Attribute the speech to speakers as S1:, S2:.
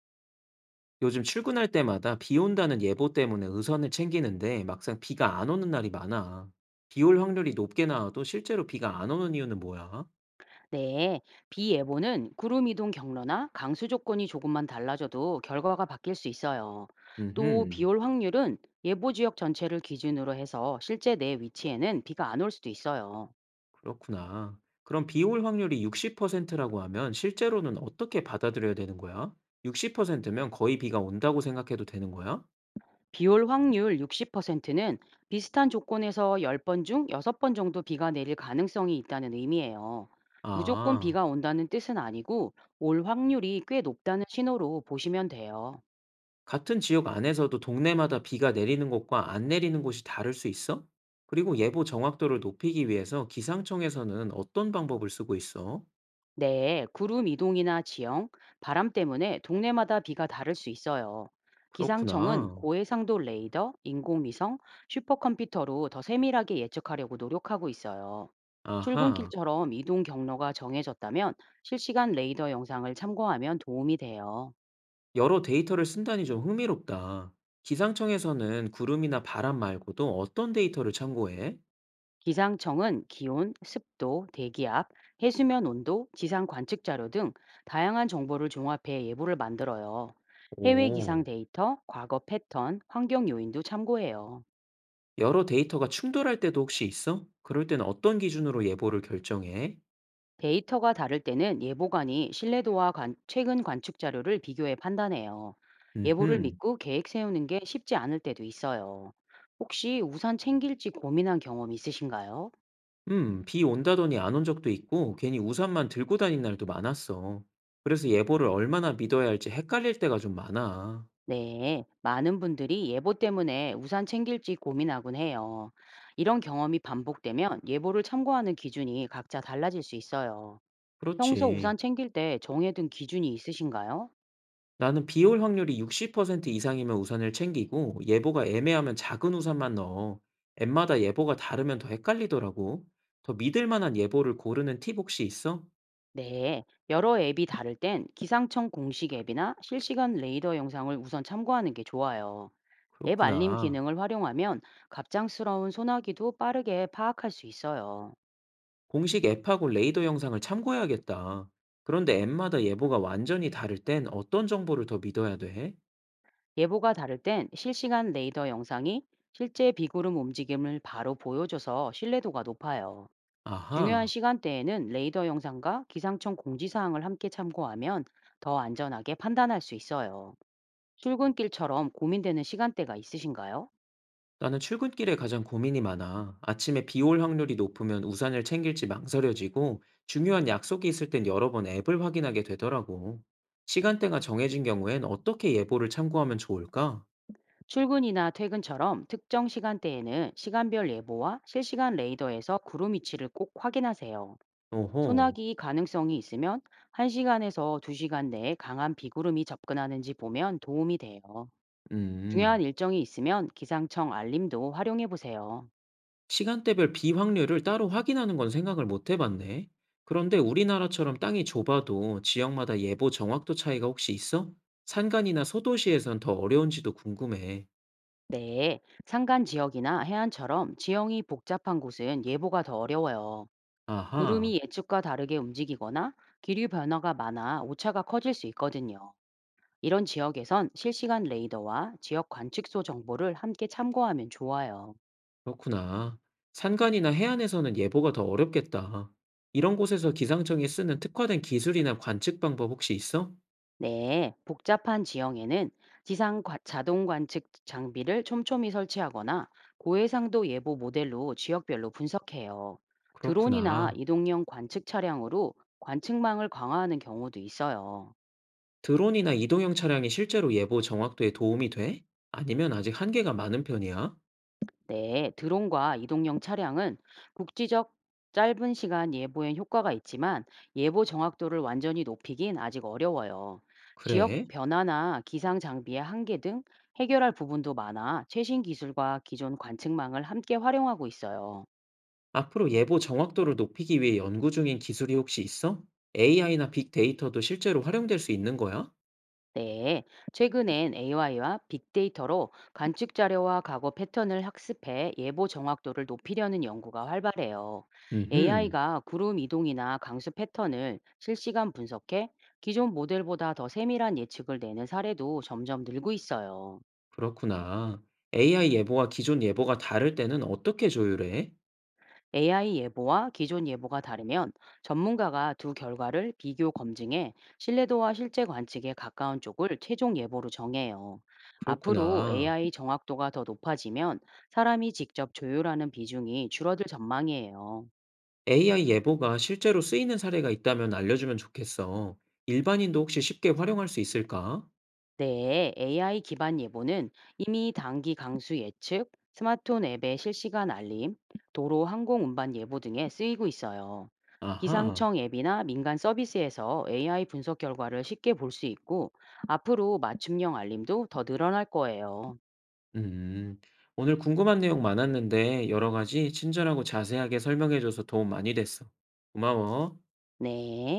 S1: 요즘 출근할 때마다 비 온다는 예보 때문에 의선을 챙기는데 막상 비가 안 오는 날이 많아. 비올 확률이 높게 나와도 실제로 비가 안 오는 이유는 뭐야?
S2: 네, 비예보는 구름 이동 경로나 강수 조건이 조금만 달라져도 결과가 바뀔 수 있어요. 또
S1: 음흠,
S2: 비올 확률은 예보 지역 전체를 기준으로 해서 실제 내 위치에는 비가 안 올 수도 있어요.
S1: 그렇구나. 그럼 비올 확률이 60%라고 하면 실제로는 어떻게 받아들여야 되는 거야? 60%면 거의 비가 온다고 생각해도 되는 거야?
S2: 비올 확률 60%는 비슷한 조건에서 10번 중 6번 정도 비가 내릴 가능성이 있다는 의미예요. 무조건
S1: 아,
S2: 비가 온다는 뜻은 아니고 올 확률이 꽤 높다는 신호로 보시면 돼요.
S1: 같은 지역 안에서도 동네마다 비가 내리는 곳과 안 내리는 곳이 다를 수 있어? 그리고 예보 정확도를 높이기 위해서 기상청에서는 어떤 방법을 쓰고 있어?
S2: 네, 구름 이동이나 지형, 바람 때문에 동네마다 비가 다를 수 있어요. 기상청은
S1: 그렇구나.
S2: 고해상도 레이더, 인공위성, 슈퍼컴퓨터로 더 세밀하게 예측하려고 노력하고 있어요.
S1: 아하.
S2: 출근길처럼 이동 경로가 정해졌다면 실시간 레이더 영상을 참고하면 도움이 돼요.
S1: 여러 데이터를 쓴다니 좀 흥미롭다. 기상청에서는 구름이나 바람 말고도 어떤 데이터를 참고해?
S2: 기상청은 기온, 습도, 대기압, 해수면 온도, 지상 관측 자료 등 다양한 정보를 종합해 예보를 만들어요. 해외 기상
S1: 오.
S2: 데이터, 과거 패턴, 환경 요인도 참고해요.
S1: 여러 데이터가 충돌할 때도 혹시 있어? 그럴 때는 어떤 기준으로 예보를 결정해?
S2: 데이터가 다를 때는 예보관이 신뢰도와 최근 관측 자료를 비교해 판단해요. 예보를
S1: 음흠.
S2: 믿고 계획 세우는 게 쉽지 않을 때도 있어요. 혹시 우산 챙길지 고민한 경험 있으신가요?
S1: 비 온다더니 안 온 적도 있고, 괜히 우산만 들고 다닌 날도 많았어. 그래서 예보를 얼마나 믿어야 할지 헷갈릴 때가 좀 많아.
S2: 네, 많은 분들이 예보 때문에 우산 챙길지 고민하곤 해요. 이런 경험이 반복되면 예보를 참고하는 기준이 각자 달라질 수 있어요. 평소
S1: 그렇지.
S2: 우산 챙길 때 정해둔 기준이 있으신가요?
S1: 나는 비올 확률이 60% 이상이면 우산을 챙기고 예보가 애매하면 작은 우산만 넣어. 앱마다 예보가 다르면 더 헷갈리더라고. 더 믿을 만한 예보를 고르는 팁 혹시 있어?
S2: 네, 여러 앱이 다를 땐 기상청 공식 앱이나 실시간 레이더 영상을 우선 참고하는 게 좋아요. 앱 알림
S1: 그렇구나.
S2: 기능을 활용하면 갑작스러운 소나기도 빠르게 파악할 수 있어요.
S1: 공식 앱하고 레이더 영상을 참고해야겠다. 그런데 앱마다 예보가 완전히 다를 땐 어떤 정보를 더 믿어야 돼?
S2: 예보가 다를 땐 실시간 레이더 영상이 실제 비구름 움직임을 바로 보여줘서 신뢰도가 높아요. 중요한
S1: 아하.
S2: 시간대에는 레이더 영상과 기상청 공지사항을 함께 참고하면 더 안전하게 판단할 수 있어요. 출근길처럼 고민되는 시간대가 있으신가요?
S1: 나는 출근길에 가장 고민이 많아. 아침에 비 올 확률이 높으면 우산을 챙길지 망설여지고, 중요한 약속이 있을 땐 여러 번 앱을 확인하게 되더라고. 시간대가 정해진 경우엔 어떻게 예보를 참고하면 좋을까?
S2: 출근이나 퇴근처럼 특정 시간대에는 시간별 예보와 실시간 레이더에서 구름 위치를 꼭 확인하세요.
S1: 오호,
S2: 소나기 가능성이 있으면 1시간에서 2시간 내에 강한 비구름이 접근하는지 보면 도움이 돼요. 중요한
S1: 음.
S2: 일정이 있으면 기상청 알림도 활용해 보세요.
S1: 시간대별 비 확률을 따로 확인하는 건 생각을 못 해봤네. 그런데 우리나라처럼 땅이 좁아도 지역마다 예보 정확도 차이가 혹시 있어? 산간이나 소도시에선 더 어려운지도 궁금해.
S2: 네, 산간 지역이나 해안처럼 지형이 복잡한 곳은 예보가 더 어려워요.
S1: 아하.
S2: 구름이 예측과 다르게 움직이거나 기류 변화가 많아 오차가 커질 수 있거든요. 이런 지역에선 실시간 레이더와 지역 관측소 정보를 함께 참고하면 좋아요.
S1: 그렇구나. 산간이나 해안에서는 예보가 더 어렵겠다. 이런 곳에서 기상청이 쓰는 특화된 기술이나 관측 방법 혹시 있어?
S2: 네, 복잡한 지형에는 자동 관측 장비를 촘촘히 설치하거나 고해상도 예보 모델로 지역별로 분석해요. 드론이나
S1: 그렇구나.
S2: 이동형 관측 차량으로 관측망을 강화하는 경우도 있어요.
S1: 드론이나 이동형 차량이 실제로 예보 정확도에 도움이 돼? 아니면 아직 한계가 많은 편이야?
S2: 네, 드론과 이동형 차량은 국지적 짧은 시간 예보엔 효과가 있지만 예보 정확도를 완전히 높이긴 아직 어려워요. 지역
S1: 그래.
S2: 변화나 기상 장비의 한계 등 해결할 부분도 많아 최신 기술과 기존 관측망을 함께 활용하고 있어요.
S1: 앞으로 예보 정확도를 높이기 위해 연구 중인 기술이 혹시 있어? AI나 빅데이터도 실제로 활용될 수 있는 거야?
S2: 네, 최근엔 AI와 빅데이터로 관측 자료와 과거 패턴을 학습해 예보 정확도를 높이려는 연구가 활발해요.
S1: 음흠,
S2: AI가 구름 이동이나 강수 패턴을 실시간 분석해 기존 모델보다 더 세밀한 예측을 내는 사례도 점점 늘고 있어요.
S1: 그렇구나. AI 예보와 기존 예보가 다를 때는 어떻게 조율해?
S2: AI 예보와 기존 예보가 다르면 전문가가 두 결과를 비교 검증해 신뢰도와 실제 관측에 가까운 쪽을 최종 예보로 정해요. 앞으로
S1: 그렇구나.
S2: AI 정확도가 더 높아지면 사람이 직접 조율하는 비중이 줄어들 전망이에요.
S1: AI 예보가 실제로 쓰이는 사례가 있다면 알려주면 좋겠어. 일반인도 혹시 쉽게 활용할 수 있을까?
S2: 네, AI 기반 예보는 이미 단기 강수 예측, 스마트폰 앱의 실시간 알림, 도로 항공 운반 예보 등에 쓰이고 있어요.
S1: 아하,
S2: 기상청 앱이나 민간 서비스에서 AI 분석 결과를 쉽게 볼 수 있고, 앞으로 맞춤형 알림도 더 늘어날 거예요.
S1: 음. 오늘 궁금한 내용 많았는데 여러 가지 친절하고 자세하게 설명해줘서 도움 많이 됐어. 고마워.
S2: 네.